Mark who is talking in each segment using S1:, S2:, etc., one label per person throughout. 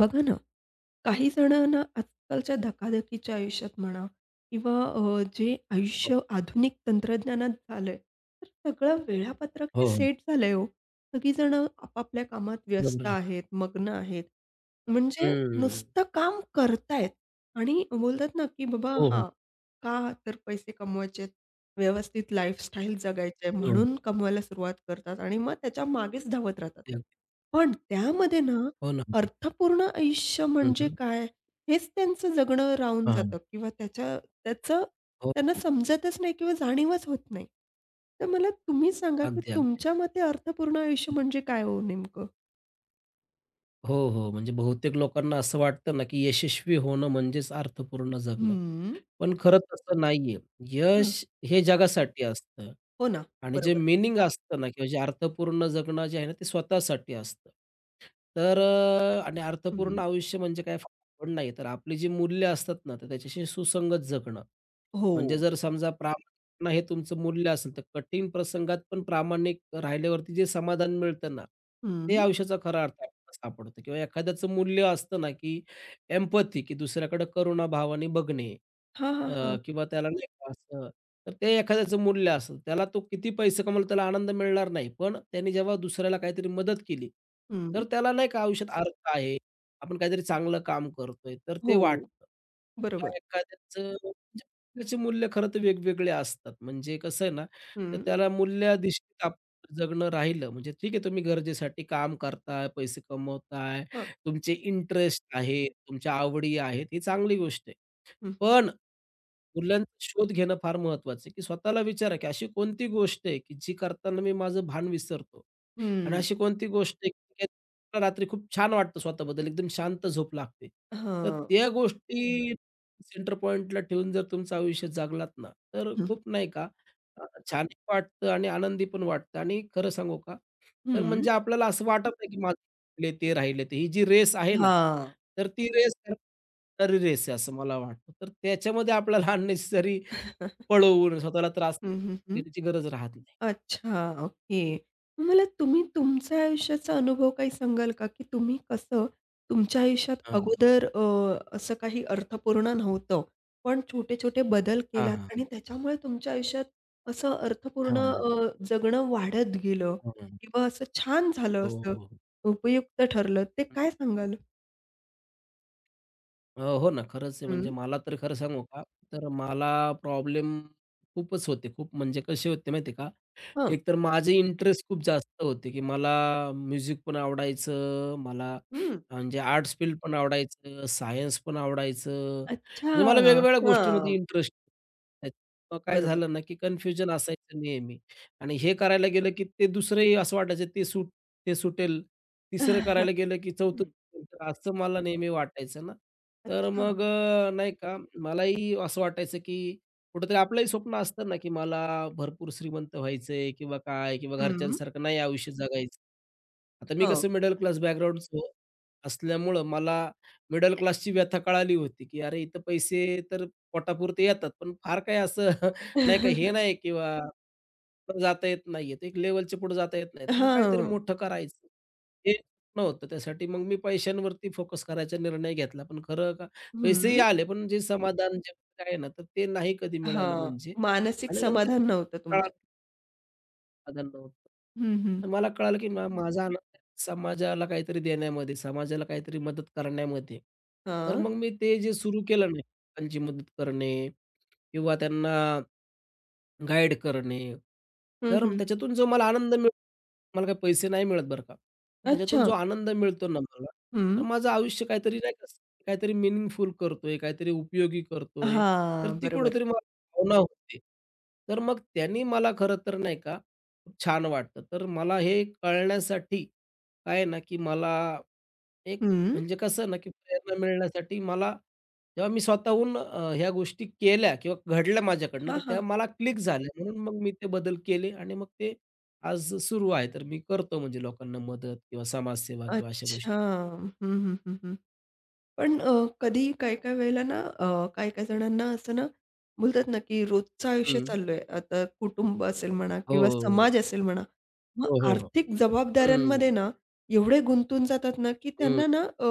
S1: बघा ना, काही जणांना आजकालच्या धकाधकीच्या आयुष्यात म्हणा किंवा जे
S2: हो,
S1: आयुष्य आधुनिक तंत्रज्ञानात झालंय, तर सगळं वेळापत्रक हे
S2: हो, हो.
S1: सेट झालंय हो. सगळीजणं आपापल्या कामात
S2: बरोबर
S1: व्यस्त
S2: आहे.
S1: आहेत, मग्न आहेत. म्हणजे
S2: हं.
S1: नुसतं काम करतायत आणि बोलतात ना, की बाबा
S2: हो, हो.
S1: हां, का तर पैसे कमवायचेत, व्यवस्थित लाईफस्टाईल जगायची
S2: हो, हो.
S1: म्हणून कमवायला सुरुवात करतात आणि मग त्याच्या मागेच धावत राहतात.
S2: ते अगदी.
S1: पण त्यामध्ये ना,
S2: हो ना.
S1: अर्थपूर्ण आयुष्य
S2: हं,
S1: म्हणजे
S2: हं.
S1: काय? हेच त्यांचं जगणं राहून
S2: हां, हां.
S1: जातं किंवा त्याच्या त्याचं
S2: हो,
S1: त्यांना
S2: हो.
S1: समजतच नाही किंवा जाणीवच होत नाही. तर मला तुम्ही सांगा, की
S2: अगदी, अगदी.
S1: तुमच्या मते अर्थपूर्ण आयुष्य म्हणजे काय हो नेमकं?
S2: हो, हो. म्हणजे बहुतेक लोकांना असं वाटतं ना, की यशस्वी होणं म्हणजेच अर्थपूर्ण जगणं.
S1: हं.
S2: पण खरं तसं नाहीये.
S1: हं.
S2: यश हे जगासाठी असतं.
S1: हो ना.
S2: आणि जे
S1: बरोबर.
S2: मीनिंग असतं ना किंवा जे अर्थपूर्ण जगणं जे आहे ना, ते स्वतःसाठी असतं. तर आणि अर्थपूर्ण
S1: हं.
S2: आयुष्य म्हणजे काय फार नाही, तर आपली जी मूल्य असतात ना, तर त्याच्याशी सुसंगत जगणं.
S1: हो.
S2: म्हणजे जर समजा प्रामाणिकपणा हे तुमचं मूल्य असेल, तर कठीण प्रसंगात पण प्रामाणिक राहिल्यावरती जे समाधान मिळतं ना, ते
S1: हं.
S2: आयुष्याचा खरा अर्थ आपल्याला सापडतो किंवा एखाद्याचं मूल्य असतं ना, की एम्पॅथी, की दुसऱ्याकडे करुणाभावाने बघणे.
S1: हां, हां, हां.
S2: किंवा त्याला नाही का असं तर ते एखाद्याचं मूल्य असेल. त्याला तो किती पैसे कमावला त्याला आनंद मिळणार नाही. पण त्याने जेव्हा दुसऱ्याला काहीतरी मदत केली,
S1: हं.
S2: तर त्याला नाही का आयुष्यात अर्थ आहे. आपण काहीतरी चांगलं काम करतोय, तर ते
S1: हो.
S2: वाटतं. किंवा
S1: बरोबर.
S2: एखाद्याचं म्हणजे त्याचे मूल्य खरं तर वेगवेगळे असतात. म्हणजे कसं आहे ना, तर
S1: हं.
S2: त्याला मूल्याधिष्ठित आप जगणं राहिलं म्हणजे ठीक आहे तुम्ही गरजेसाठी काम करताय, पैसे कमवताय,
S1: हां.
S2: तुमचे इंटरेस्ट आहेत, तुमच्या आवडी आहेत, ही चांगली गोष्ट आहे.
S1: हं, हं.
S2: पण मूल्यांचा शोध घेणं फार महत्वाचं आहे, की स्वतःला विचारा, की अशी कोणती गोष्ट आहे, की जी करताना मी माझं भान विसरतो? आणि
S1: हं.
S2: अशी कोणती गोष्ट आहे, की त्याला रात्री खूप छान वाटतं स्वतःबद्दल, एकदम शांत झोप लागते. तर
S1: हां.
S2: त्या गोष्टी सेंटर पॉइंटला ठेवून जर तुमचं आयुष्य जगलात ना, तर
S1: हं.
S2: खूप नाही का अ, छान वाटतं आणि आनंदी पण वाटतं आणि खरं सांगू का, तर
S1: हं.
S2: म्हणजे आपल्याला असं वाटत नाही, की माझं राहिले ते राहिले ते. ही जी रेस आहे ना,
S1: हां.
S2: तर ती रेस अननेसेसरी रेस आहे असं मला वाटतं. तर त्याच्यामध्ये आपल्याला अननेसेसरी
S1: हं,
S2: पळवून स्वतःला त्रास देण्याची गरज राहत नाही.
S1: अच्छा, ओके. मग मला तुम्ही तुमच्या आयुष्याचा अनुभव काही सांगाल का, की तुम्ही कसं तुमच्या आयुष्यात
S2: हां.
S1: अगोदर असं काही अर्थपूर्ण नव्हतं, पण छोटे-छोटे बदल
S2: हां,
S1: केलात
S2: हां.
S1: आणि त्याच्यामुळे तुमच्या आयुष्यात असं अर्थपूर्ण
S2: हां,
S1: जगणं वाढत गेलं
S2: हां.
S1: किंवा असं छान झालं,
S2: हो,
S1: असं
S2: हो.
S1: उपयुक्त ठरलं, ते काय सांगाल?
S2: हो ना, खरंच आहे.
S1: हं,
S2: म्हणजे मला तर खरं सांगू का, तर मला प्रॉब्लेम खूपच होते. खूप म्हणजे कसे होते माहिती का,
S1: हं,
S2: एक तर माझे इंटरेस्ट खूप जास्त होते, की मला म्युझिक पण आवडायचं, मला
S1: हं.
S2: म्हणजे आर्ट्स फील्ड पण आवडायचं, सायन्स पण आवडायचं.
S1: अच्छा.
S2: म्हणजे मला वेगवेगळ्या गोष्टींमध्ये
S1: हां,
S2: इंटरेस्ट काय
S1: बरोबर.
S2: झालं ना, की कन्फ्युजन असायचं नेहमी आणि हे करायला गेलं, की ते दुसरंही असं वाटायचं ते सुट ते सुटेल, तिसरं करायला गेलं, की चौथं
S1: हं.
S2: तर असं मला नेहमी वाटायचं ना. तर
S1: अच्छा.
S2: मग नाही का मलाही असं वाटायचं, की कुठेतरी आपलंही स्वप्न असतं ना, की मला भरपूर श्रीमंत व्हायचंय किंवा काय किंवा
S1: हं, हं.
S2: घरच्यांसारखं नाही आयुष्य जगायचं. आता मी कसं मिडल क्लास बॅकग्राऊंडचं असल्यामुळं मला मिडल क्लासची व्यथा कळाली होती, की अरे इथं पैसे तर पोटापुरते येतात, पण फार काही असं नाही का हे नाही किंवा पुढं जाता येत नाहीये. तर एक लेव्हलच्या पुढे जाता येत नाही. तर मग काहीतरी
S1: हां.
S2: मोठं करायचं. नव्हतं. त्यासाठी मग मी पैशांवरती फोकस करायचा निर्णय घेतला. पण खरं का पैसेही
S1: हं.
S2: आले, पण जे समाधान जे आहे ना, तर ते नाही कधी मिळालं
S1: हां.
S2: म्हणजे
S1: मानसिक
S2: आणि नंतर
S1: समाधान नव्हतं तुमच्या
S2: कळालं समाधान नव्हतं.
S1: हं, हं.
S2: तर मला कळालं, की माझा आनंद आहे समाजाला काहीतरी देण्यामध्ये, समाजाला काहीतरी मदत करण्यामध्ये. तर
S1: हां.
S2: मग मी ते जे सुरू केलं ना, त्यांची मदत करणे किंवा त्यांना गाईड करणे,
S1: हं,
S2: तर
S1: हं.
S2: त्याच्यातून जो मला आनंद मिळतो मला काही पैसे नाही मिळत बरं का. पण त्याच्यातून जो
S1: अच्छा.
S2: आनंद मिळतो ना मला,
S1: हं.
S2: तर माझं आयुष्य काहीतरी नाही का, काहीतरी मीनिंगफुल करतोय, काहीतरी उपयोगी करतोय, तर
S1: हां.
S2: ती
S1: बरोबर.
S2: कुठेतरी मला भावना होते. तर मग त्यांनी मला खरं तर नाही का, खूप छान वाटतं. तर मला हे कळण्यासाठी काय आहे ना, की मला एक
S1: हं.
S2: म्हणजे कसं ना, की प्रेरणा मिळण्यासाठी मला जेव्हा मी स्वतःहून ह्या गोष्टी केल्या किंवा घडल्या माझ्याकडनं,
S1: हां,
S2: तर त्या
S1: हां.
S2: मला क्लिक झाल्या. म्हणून मग मी ते बदल केले आणि मग ते आज सुरू आहे. तर मी करतो म्हणजे लोकांना मदत किंवा समाजसेवा किंवा अशा
S1: अच्छा.
S2: गोष्टी.
S1: हं, हं, हं, हं. पण कधी काही-काही वेळेला ना काही-काही जणांना असं ना बोलतात ना, की रोजचं आयुष्य
S2: हं.
S1: चालू आता कुटुंब असेल म्हणा
S2: हो,
S1: किंवा
S2: हो,
S1: समाज असेल म्हणा. मग
S2: हो, हो, हो.
S1: आर्थिक जबाबदाऱ्यांमध्ये
S2: हं,
S1: ना एवढे गुंतून जातात ना, की
S2: हं.
S1: त्यांना ना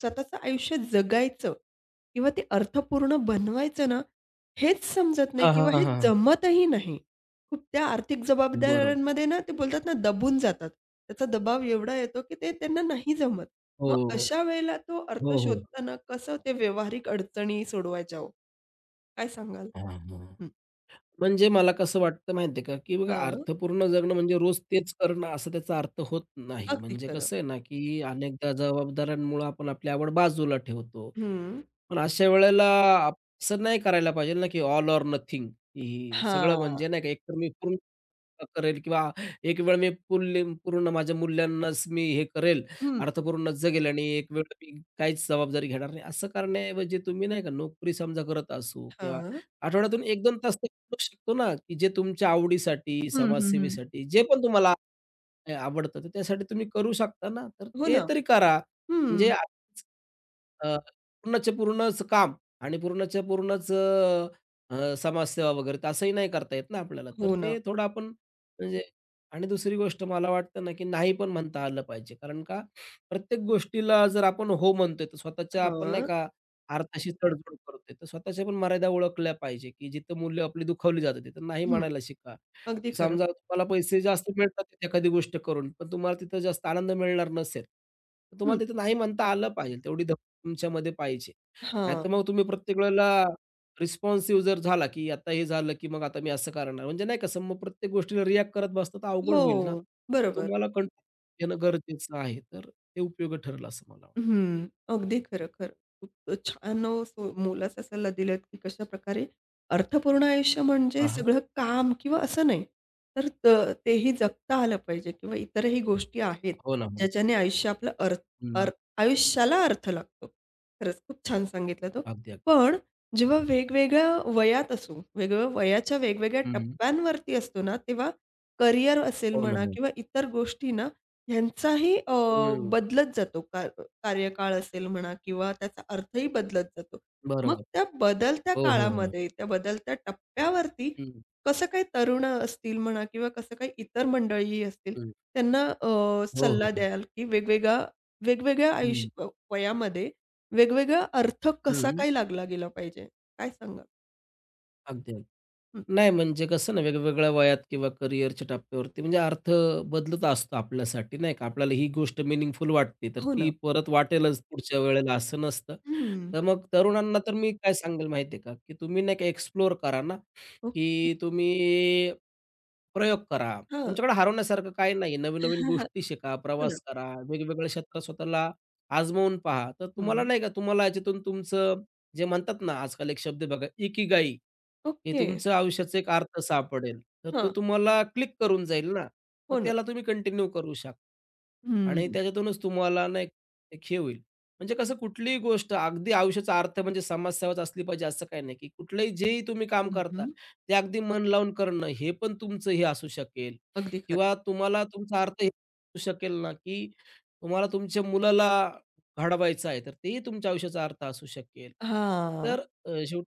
S1: स्वतःचं आयुष्य जगायचं किंवा ते अर्थपूर्ण बनवायचं ना, हेच समजत नाही
S2: हां,
S1: किंवा
S2: हां,
S1: हे
S2: हां,
S1: जमतही नाही. खूप त्या आर्थिक
S2: बरोबर.
S1: जबाबदाऱ्यांमध्ये ना ते बोलतात ना दबून जातात. त्याचा दबाव एवढा येतो, की ते त्यांना नाही जमत.
S2: हो,
S1: मग
S2: हो,
S1: अशा वेळेला तो अर्थ
S2: हो, हो.
S1: शोधताना कसं ते व्यावहारिक अडचणी सोडवायच्या हो? काय सांगाल?
S2: हां,
S1: हं.
S2: म्हणजे मला कसं वाटतं माहिती आहे का, की बघा
S1: हां.
S2: अर्थपूर्ण जगणं म्हणजे रोज तेच करणं असं त्याचा अर्थ होत नाही.
S1: अगदी
S2: म्हणजे
S1: खरं.
S2: कसं आहे ना, की अनेकदा जबाबदाऱ्यांमुळं आपण आपली आवड बाजूला ठेवतो.
S1: हं.
S2: पण अशा वेळेला आप असं नाही करायला पाहिजे ना, की ऑल ओर नथिंग की सगळं
S1: हां.
S2: म्हणजे नाही का एकतर मी पूर्ण करेल किंवा एक वेळ मी पुल्य पूर्ण माझ्या मूल्यांनाच मी हे करेल,
S1: हं.
S2: अर्थपूर्ण जगेल आणि एक वेळ मी काहीच जबाबदारी घेणार नाही. असं करण्याऐवजी तुम्ही नाही का नोकरी समजा करत असू किंवा
S1: हां.
S2: आठवड्यातून 1-2 तास तर करू शकतो ना, की जे तुमच्या आवडीसाठी,
S1: हं, हं, हं.
S2: समाजसेवेसाठी, जे पण तुम्हाला आवडतं, तर त्यासाठी तुम्ही करू शकता ना, तर
S1: हो
S2: ते
S1: ना.
S2: तरी करा.
S1: हं.
S2: म्हणजे अ, पूर्णच्या पूर्णच काम आणि पूर्णच्या पूर्णच अ, अ, समाजसेवा वगैरे तर असंही नाही करता येत ना आपल्याला. तर
S1: हो ना.
S2: ते थोडं आपण म्हणजे आणि दुसरी गोष्ट मला वाटतं ना, की नाही पण म्हणता आलं पाहिजे. कारण का प्रत्येक गोष्टीला जर आपण हो म्हणतोय, तर स्वतःच्या आपण नाही
S1: हां.
S2: का अर्थाशी तडजोड करतोय, तर स्वतःच्या पण मर्यादा ओळखल्या पाहिजे, की जिथं मूल्य आपली दुखावली जातात तिथं नाही
S1: हं.
S2: म्हणायला शिका.
S1: अगदी खरं.
S2: समजा तुम्हाला पैसे जास्त मिळतात एखादी गोष्ट करून, पण तुम्हाला तिथं जास्त आनंद मिळणार नसेल, तर
S1: हं.
S2: तुम्हाला तिथं नाही म्हणता आलं पाहिजे. तेवढी तुमच्यामध्ये पाहिजे.
S1: हां.
S2: नाहीतर मग तुम्ही प्रत्येक वेळेला रिस्पॉन्सिव्ह जर झाला, की आता हे झालं, की मग आता मी असं करणार. म्हणजे नाही का, सम मग प्रत्येक गोष्टीला रिएक्ट करत बसलं तर अवघड होईल ना.
S1: हो.
S2: तर
S1: बरोबर.
S2: तुम्हाला कंट्रोल येणं गरजेचं आहे. तर ते उपयोगी ठरेल असं मला वाटतं.
S1: हं. अगदी खरं, खरं. खूप छान सो मोलाचा सल्ला दिलात, की कशाप्रकारे अर्थपूर्ण आयुष्य म्हणजे
S2: हां, हां.
S1: सगळं काम किंवा असं नाही. तर त तेही जगता आलं पाहिजे किंवा इतरही गोष्टी आहेत,
S2: हो ना, हो ना.
S1: ज्याच्याने अर
S2: हं.
S1: आयुष्याला अर्थ लागतो. खरंच खूप छान सांगितलं तो.
S2: अगदी, अगदी.
S1: पण जेव्हा वेगवेगळ्या वयात असू, वेगवेगळ्या वयाच्या वेगवेगळ्या
S2: हं.
S1: टप्प्यांवरती असतो ना, तेव्हा करियर असेल
S2: हो ना,
S1: म्हणा
S2: हो.
S1: किंवा इतर गोष्टी ना, ह्यांचाही अ,
S2: हं.
S1: बदलत जातो कार कार्यकाळ असेल म्हणा किंवा त्याचा अर्थही बदलत जातो. मग
S2: बरोबर.
S1: त्या बदलत्या
S2: हो, हो, हो.
S1: काळामध्ये, त्या बदलत्या टप्प्यावरती
S2: हं,
S1: कसं काही तरुण असतील म्हणा किंवा कसं काही इतर मंडळी असतील,
S2: हं.
S1: त्यांना अ,
S2: हो, हो,
S1: सल्ला
S2: हो.
S1: द्याल की वेगवेगळा वेगवेगळ्या
S2: हं,
S1: आयुष्य अ, वयामध्ये वेगवेगळा अर्थ कसा
S2: हं.
S1: काय लागला गेला पाहिजे? काय सांगाल?
S2: अगदी, अगदी. नाही, म्हणजे कसं ना, वेगवेगळ्या वयात किंवा करिअरच्या टप्प्यावरती म्हणजे अर्थ बदलत असतो आपल्यासाठी, नाही का? आपल्याला ही गोष्ट मीनिंगफुल वाटते, तर
S1: हो
S2: ती
S1: ना.
S2: परत वाटेलच पुढच्या वेळेला, असं नसतं.
S1: हं.
S2: तर मग तरुणांना तर मी काय सांगेल माहिती आहे का, की तुम्ही नाही का एक्सप्लोअर करा ना,
S1: ओके.
S2: की तुम्ही प्रयोग करा.
S1: हां.
S2: तुमच्याकडे हरवण्यासारखं काही नाही नवीन-नवीन गोष्टी शिका,
S1: हो ना.
S2: प्रवास करा, वेगवेगळ्या क्षेत्रात स्वतःला आजमावून पहा. तर तुम्हाला
S1: हं.
S2: नाही का, तुम्हाला याच्यातून तुमचं जे म्हणतात ना, आजकाल एक शब्द बघा, इकिगाई. हे
S1: ओके.
S2: तुमचं आयुष्याचा एक अर्थ सापडेल. तर तो
S1: हां.
S2: तुम्हाला क्लिक करून जाईल ना, मग
S1: हो ना.
S2: त्याला तुम्ही कंटिन्यू करू शकता आणि
S1: हं.
S2: त्याच्यातूनच तुम्हाला ना एक एक हे होईल. म्हणजे कसं कुठलीही गोष्ट अगदी आयुष्याचा अर्थ म्हणजे समाजसेवाच असली पाहिजे असं काही नाही, की कुठलंही जेही तुम्ही काम
S1: हं,
S2: करता,
S1: हं.
S2: ते अगदी मन लावून करणं हे पण तुमचं हे असू शकेल
S1: अगदी खरं.
S2: किंवा तुम्हाला तुमचा अर्थ हे असू शकेल ना, की तुम्हाला तुमच्या मुलाला घडवायचं आहे, तर तेही तुमच्या आयुष्याचा अर्थ असू शकेल.
S1: हां.
S2: तर शेवटी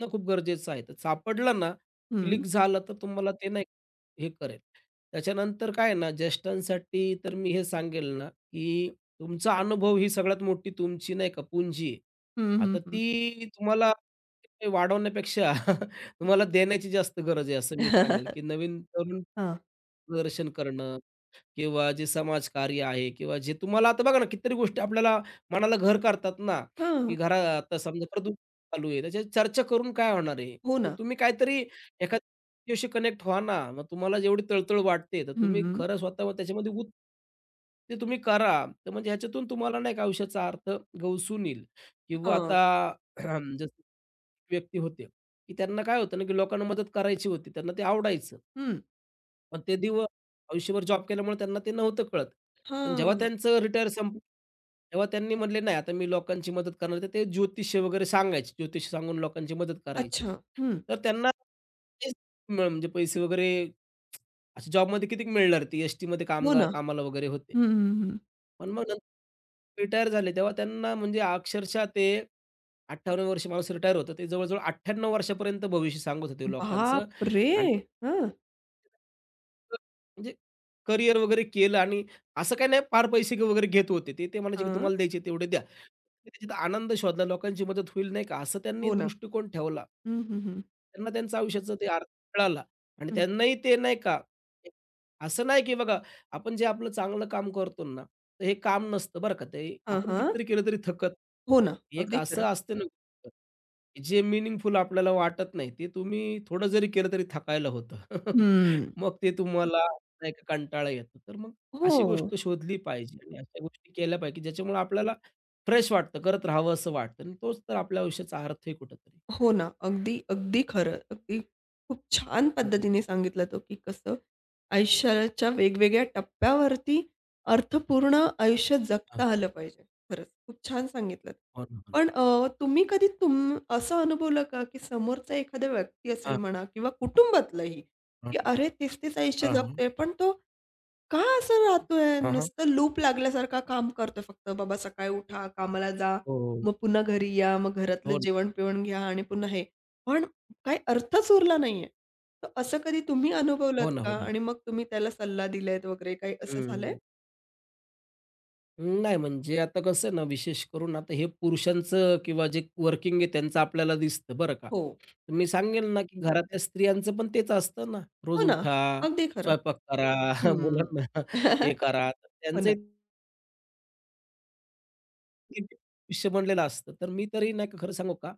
S2: ना खूप गरजेचं आहे. तर सापडलं ना,
S1: हं.
S2: क्लिक झालं तर तुम्हाला ते नाही हे करेल. त्याच्यानंतर काय आहे ना, ज्येष्ठांसाठी तर मी हे सांगेल ना, की तुमचा अनुभव ही सगळ्यात मोठी तुमची नाही का पुंजी आहे.
S1: हं, हं,
S2: आता
S1: हं.
S2: ती तुम्हाला वाढवण्यापेक्षा तुम्हाला देण्याची जास्त गरज आहे असं मी सांगेल, की नवीन तरुण
S1: हां.
S2: मार्गदर्शन करणं किंवा जे समाजकार्य आहे किंवा जे तुम्हाला आता बघा ना, कितीतरी गोष्टी आपल्याला मनाला घर करतात ना, की
S1: हां.
S2: घरा आता समजा प्रदूषण चालू आहे, त्याच्यावर चर्चा करून काय होणार आहे?
S1: हो
S2: तर
S1: ना.
S2: तुम्ही काहीतरी एखाद्या व्यक्तीशी कनेक्ट व्हा ना. मग तुम्हाला जेवढी तळतळ वाटते, तर तुम्ही
S1: हं.
S2: खरं स्वतः त्याच्यामध्ये उत ते तुम्ही करा. तर म्हणजे ह्याच्यातून तुम्हाला नाही का आयुष्याचा अर्थ गवसून येईल किंवा
S1: हां.
S2: आता जसं व्यक्ती होते, की त्यांना काय होतं ना, की लोकांना मदत करायची होती, त्यांना ते आवडायचं.
S1: हं.
S2: पण ते दिवस आयुष्यभर जॉब केल्यामुळे त्यांना ते नव्हतं कळत. पण जेव्हा
S1: हां.
S2: त्यांचं रिटायर संप तेव्हा त्यांनी म्हटले, "नाही, आता मी लोकांची मदत करणार." तर ते ज्योतिष वगैरे सांगायचे. ज्योतिष सांगून लोकांची मदत करायचे.
S1: अच्छा. हं.
S2: तर त्यांना तेच म्हणजे पैसे वगैरे अशा जॉबमध्ये किती मिळणार ते एस-टीमध्ये
S1: हो ना.
S2: कामाला वगैरे होते.
S1: हं, हं, हं.
S2: पण मग रिटायर झाले तेव्हा त्यांना म्हणजे अक्षरशः ते 58 वर्ष माणूस रिटायर होतं. ते जवळ-जवळ 98 वर्षापर्यंत भविष्य सांगत होते लोकांचं
S1: बापरे!
S2: आणि
S1: हां.
S2: म्हणजे करियर वगैरे केलं आणि असं काही नाही फार पैसे वगैरे घेत होते. ते ते म्हणायचे, की
S1: हां.
S2: "तुम्हाला द्यायचे तेवढे द्या." त्याच्यात आनंद शोधला, लोकांची मदत होईल नाही का, असं त्यांनी
S1: हो ना.
S2: दृष्टिकोन ठेवला.
S1: हं, हं, हं.
S2: त्यांना त्यांचं आयुष्याचं ते अर्थ मिळाला आणि
S1: हं.
S2: त्यांनाही ते नाही का, असं नाही, की बघा आपण जे आपलं चांगलं काम करतो ना, तर हे काम नसतं बरं का, ते
S1: हां,
S2: आपण
S1: हां.
S2: कितीतरी केलं तरी थकत
S1: हो ना.
S2: एक
S1: अगदी खरं.
S2: असं असतं ना, जे मीनिंगफुल आपल्याला वाटत नाही, ते तुम्ही थोडं जरी केलं तरी थकायला होतं.
S1: हं.
S2: मग ते तुम्हाला नाही का कंटाळा येतो. तर मग
S1: हो.
S2: अशी गोष्ट शोधली पाहिजे आणि अशा गोष्टी केल्या पाहिजे, की ज्याच्यामुळे आपल्याला फ्रेश वाटतं, करत राहावं असं वाटतं आणि तोच तर आपल्या आयुष्याचा अर्थ आहे कुठेतरी.
S1: हो ना. अगदी, अगदी खरं. अगदी खूप छान
S2: हं, हं.
S1: पद्धतीने सांगितलं तो, की कसं आयुष्याच्या वेगवेगळ्या टप्प्यावरती अर्थपूर्ण आयुष्य जगता आलं पाहिजे. खरंच खूप छान सांगितलत.
S2: हो ना, हो ना.
S1: पण तुम्ही कधी असं अनुभवलं का, की समोरचा एखादा व्यक्ती असेल
S2: हां,
S1: म्हणा किंवा कुटुंबातलंही,
S2: हां,
S1: की अरे तेच-तेच आयुष्य
S2: हां, हां.
S1: जगतोय, पण तो का असं राहतोय?
S2: हां, हां.
S1: नुसतं लूप लागल्यासारखा काम करतोय फक्त. बाबा सकाळी उठा, कामाला जा,
S2: हो,
S1: मग पुन्हा घरी या, मग घरातलं
S2: हो ना.
S1: जेवण-बिवण घ्या आणि पुन्हा हे. पण काही अर्थच उरला नाहीये. तर असं कधी तुम्ही अनुभवलत
S2: हो ना,
S1: का?
S2: हो ना.
S1: आणि मग तुम्ही त्याला सल्ला दिलायत वगैरे काही असं झालंय?
S2: हं. नाही म्हणजे आता कसं आहे ना, विशेष करून आता हे पुरुषांचं किंवा जे वर्किंग आहे त्यांचं आपल्याला दिसतं बरं का.
S1: हो.
S2: तर मी सांगेल ना, की घरातल्या स्त्रियांचं पण तेच असतं ना,
S1: हो
S2: रोज
S1: ना.
S2: उठा,
S1: अगदी खरं.
S2: स्वयंपाक करा,
S1: हं.
S2: मुलांना हे करा. तर
S1: हो ना.
S2: त्यांचंही आयुष्य बनलेलं असतं. तर मी तरी नाही का खरं सांगू का,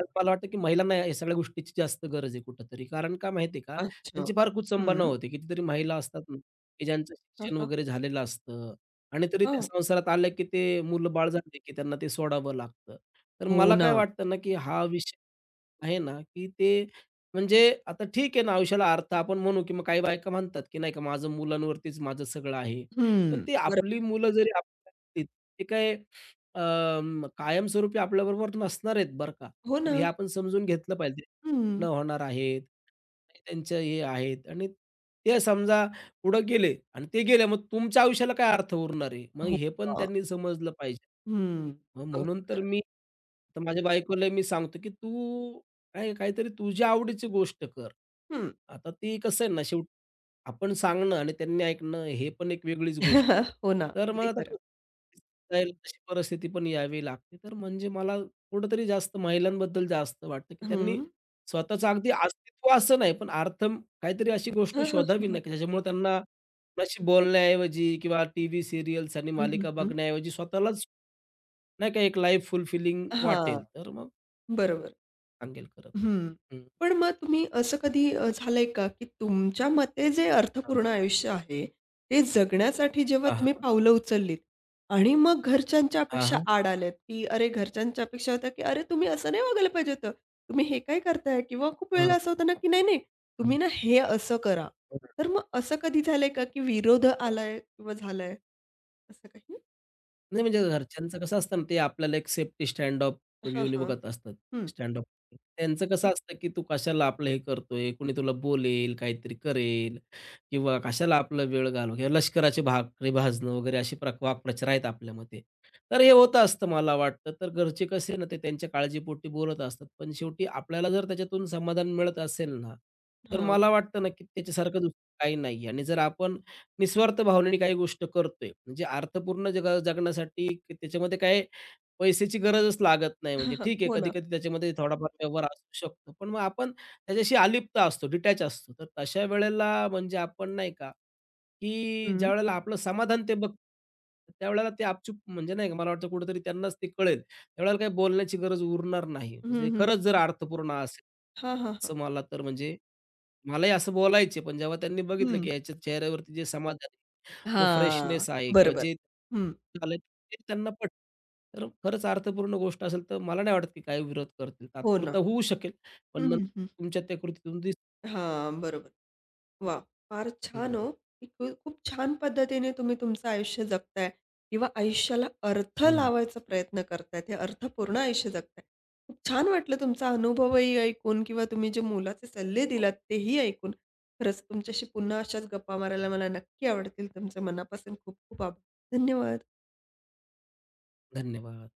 S2: आज मला वाटतं की महिलांना या या सगळ्या गोष्टीची जास्त गरज आहे कुठेतरी. कारण का माहिती का,
S1: अच्छा.
S2: त्यांची फार कुचंबना
S1: हं.
S2: होते. कितीतरी महिला असतात ना, की ज्यांचं
S1: हां,
S2: शिक्षण
S1: हां.
S2: वगैरे झालेलं असतं आणि तरी त्या
S1: हां.
S2: संसारात आल्या की ते मुलं-बाळ झाले की त्यांना ते सोडावं लागतं. तर
S1: हो
S2: मला
S1: ना.
S2: काय वाटतं ना, की हा विषय आहे ना, की ते म्हणजे आता ठीक आहे ना, आयुष्याला अर्थ आपण म्हणू की मग काही बायका म्हणतात की नाही का, मुलांवरतीच माझं सगळं आहे. पण
S1: हं.
S2: ते
S1: बरं.
S2: आपली मुलं जरी आपली ते काय कायमस्वरूपी आपल्याबरोबर नसणार आहेत बरं का.
S1: हो
S2: तर
S1: ना.
S2: हे आपण समजून घेतलं पाहिजे.
S1: हं.
S2: न होणार आहेत, त्यांचं हे आहेत आणि ते समजा पुढं गेले आणि ते गेले, मग तुमच्या आयुष्याला काय अर्थ उरणार आहे? मग
S1: हो
S2: हे पण
S1: ना.
S2: त्यांनी समजलं पाहिजे.
S1: हं.
S2: मग
S1: अगदी
S2: म्हणून तर
S1: खरं.
S2: मी तर माझ्या बायकोला मी सांगतो, की "तू काय काहीतरी तुझ्या आवडीची गोष्ट कर."
S1: हं.
S2: आता ती कसं आहे ना, शेवटी आपण सांगणं आणि त्यांनी ऐकणं हे पण एक वेगळीच गोष्ट आहे.
S1: हो ना.
S2: तर मग
S1: अगदी
S2: आता
S1: खरं.
S2: जायला तशी परिस्थिती पण यावी लागते. तर म्हणजे मला कुठेतरी जास्त महिलांबद्दल जास्त वाटतं, की त्यांनी
S1: हं.
S2: स्वतःचं अगदी अस्तित्व असं नाही, पण अर्थम काहीतरी अशी गोष्ट
S1: हं, हं, हं,
S2: शोधावी ना,
S1: हं.
S2: की ज्याच्यामुळे त्यांना कोणाशी बोलण्याऐवजी किंवा टीव्ही सीरियल्स आणि
S1: हं, हं,
S2: मालिका
S1: हं.
S2: बघण्याऐवजी स्वतःलाच नाही का एक लाईफ फुलफिलिंग
S1: हां,
S2: वाटेल. तर मग
S1: बरोबर.
S2: सांगेल खरं.
S1: हं.
S2: हं.
S1: पण मग तुम्ही असं कधी झालंय का, की तुमच्या मते जे
S2: हां.
S1: अर्थपूर्ण आयुष्य आहे, ते जगण्यासाठी जेव्हा
S2: हां,
S1: तुम्ही
S2: हां.
S1: पावलं उचललीत आणि मग घरच्यांच्या
S2: हां,
S1: अपेक्षा
S2: हां.
S1: आड आल्यात, की अरे घरच्यांच्या अपेक्षा होत्या, की "अरे तुम्ही असं नाही वागायला पाहिजे होतं. तुम्ही हे काय करताय?" किंवा खूप वेळेला असं होतं ना, की "नाही, नाही, तुम्ही
S2: हं,
S1: ना हे असं करा." तर मग असं कधी झालंय का, की विरोध आलाय किंवा झालाय असं काही?
S2: नाही म्हणजे घरच्यांचं कसं असतं ना, ते आपल्याला एक सेफ्टी स्टँड ऑफ
S1: हां,
S2: व्ह्यूने बघत
S1: हं.
S2: असतात. स्टँड ऑफ त्यांचं कसं असतं, की तू कशाला आपलं हे करतोय, कुणी तुला बोलेल, काहीतरी करेल किंवा कशाला आपला वेळ घालव किंवा लष्कराचे भाकरी भाजणं वगैरे अशी प्र वाक्प्रचार आहेत आपल्यामध्ये. तर हे होत असतं मला वाटतं. तर घरचे कसे ना, ते त्यांच्या काळजीपोटी बोलत असतात. पण शेवटी आपल्याला जर त्याच्यातून समाधान मिळत असेल ना, तर
S1: हां.
S2: मला वाटतं ना, की त्याच्यासारखं दुसरं काही नाही आणि जर आपण निस्वार्थ भावनेने काही गोष्ट करतोय. म्हणजे अर्थपूर्ण जगा जगण्यासाठी क- त्याच्यामध्ये काय पैशाची गरजच लागत नाही. म्हणजे ठीक आहे,
S1: हो ना.
S2: कधी-कधी त्याच्यामध्ये थोडाफार व्यवहार असू शकतो. पण मग आपण त्याच्याशी अलिप्त असतो, डिटॅच असतो. तर तशा वेळेला म्हणजे आपण नाही का, की
S1: हं.
S2: ज्यावेळेला आपलं समाधान ते बघ त्यावेळेला ते आपचूप म्हणजे नाही का, मला वाटतं कुठेतरी त्यांनाच ते कळेल. त्यावेळेला काही बोलण्याची गरज उरणार नाही. म्हणजे
S1: हं, हं.
S2: खरंच जर अर्थपूर्ण असेल,
S1: हां, हां, हां.
S2: असं मला तर म्हणजे मलाही असं बोलायचे. पण जेव्हा त्यांनी बघितलं,
S1: हं.
S2: की ह्याच्या चेहऱ्यावरती जे समाधान जो
S1: हां.
S2: फ्रेशनेस आहे किंवा
S1: बरोबर.
S2: जे
S1: हं.
S2: झालं ते त्यांना पट तर खरंच अर्थपूर्ण गोष्ट असेल, तर मला नाही वाटत की काही विरोध करतील.
S1: हो ना.
S2: तात्पुरता होऊ शकेल, पण
S1: हं,
S2: नंतर
S1: हं, हं.
S2: तुमच्या त्या कृतीतून दिस
S1: हां, बरोबर. वाह! फार छान हो.
S2: हं,
S1: इतकं खूप छान पद्धतीने तुम्ही तुमचं आयुष्य जगताय किंवा आयुष्याला अर्थ
S2: हो,
S1: लावायचा प्रयत्न करताय. ते अर्थपूर्ण आयुष्य जगताय. खूप छान वाटलं तुमचा अनुभवही ऐकून किंवा तुम्ही जे मोलाचे सल्ले
S2: हो.
S1: दिलात तेही ऐकून. खरंच तुमच्याशी पुन्हा अशाच गप्पा मारायला मला नक्की आवडतील. तुमचे मनापासून खूप खूप आभार. धन्यवाद.
S2: धन्यवाद.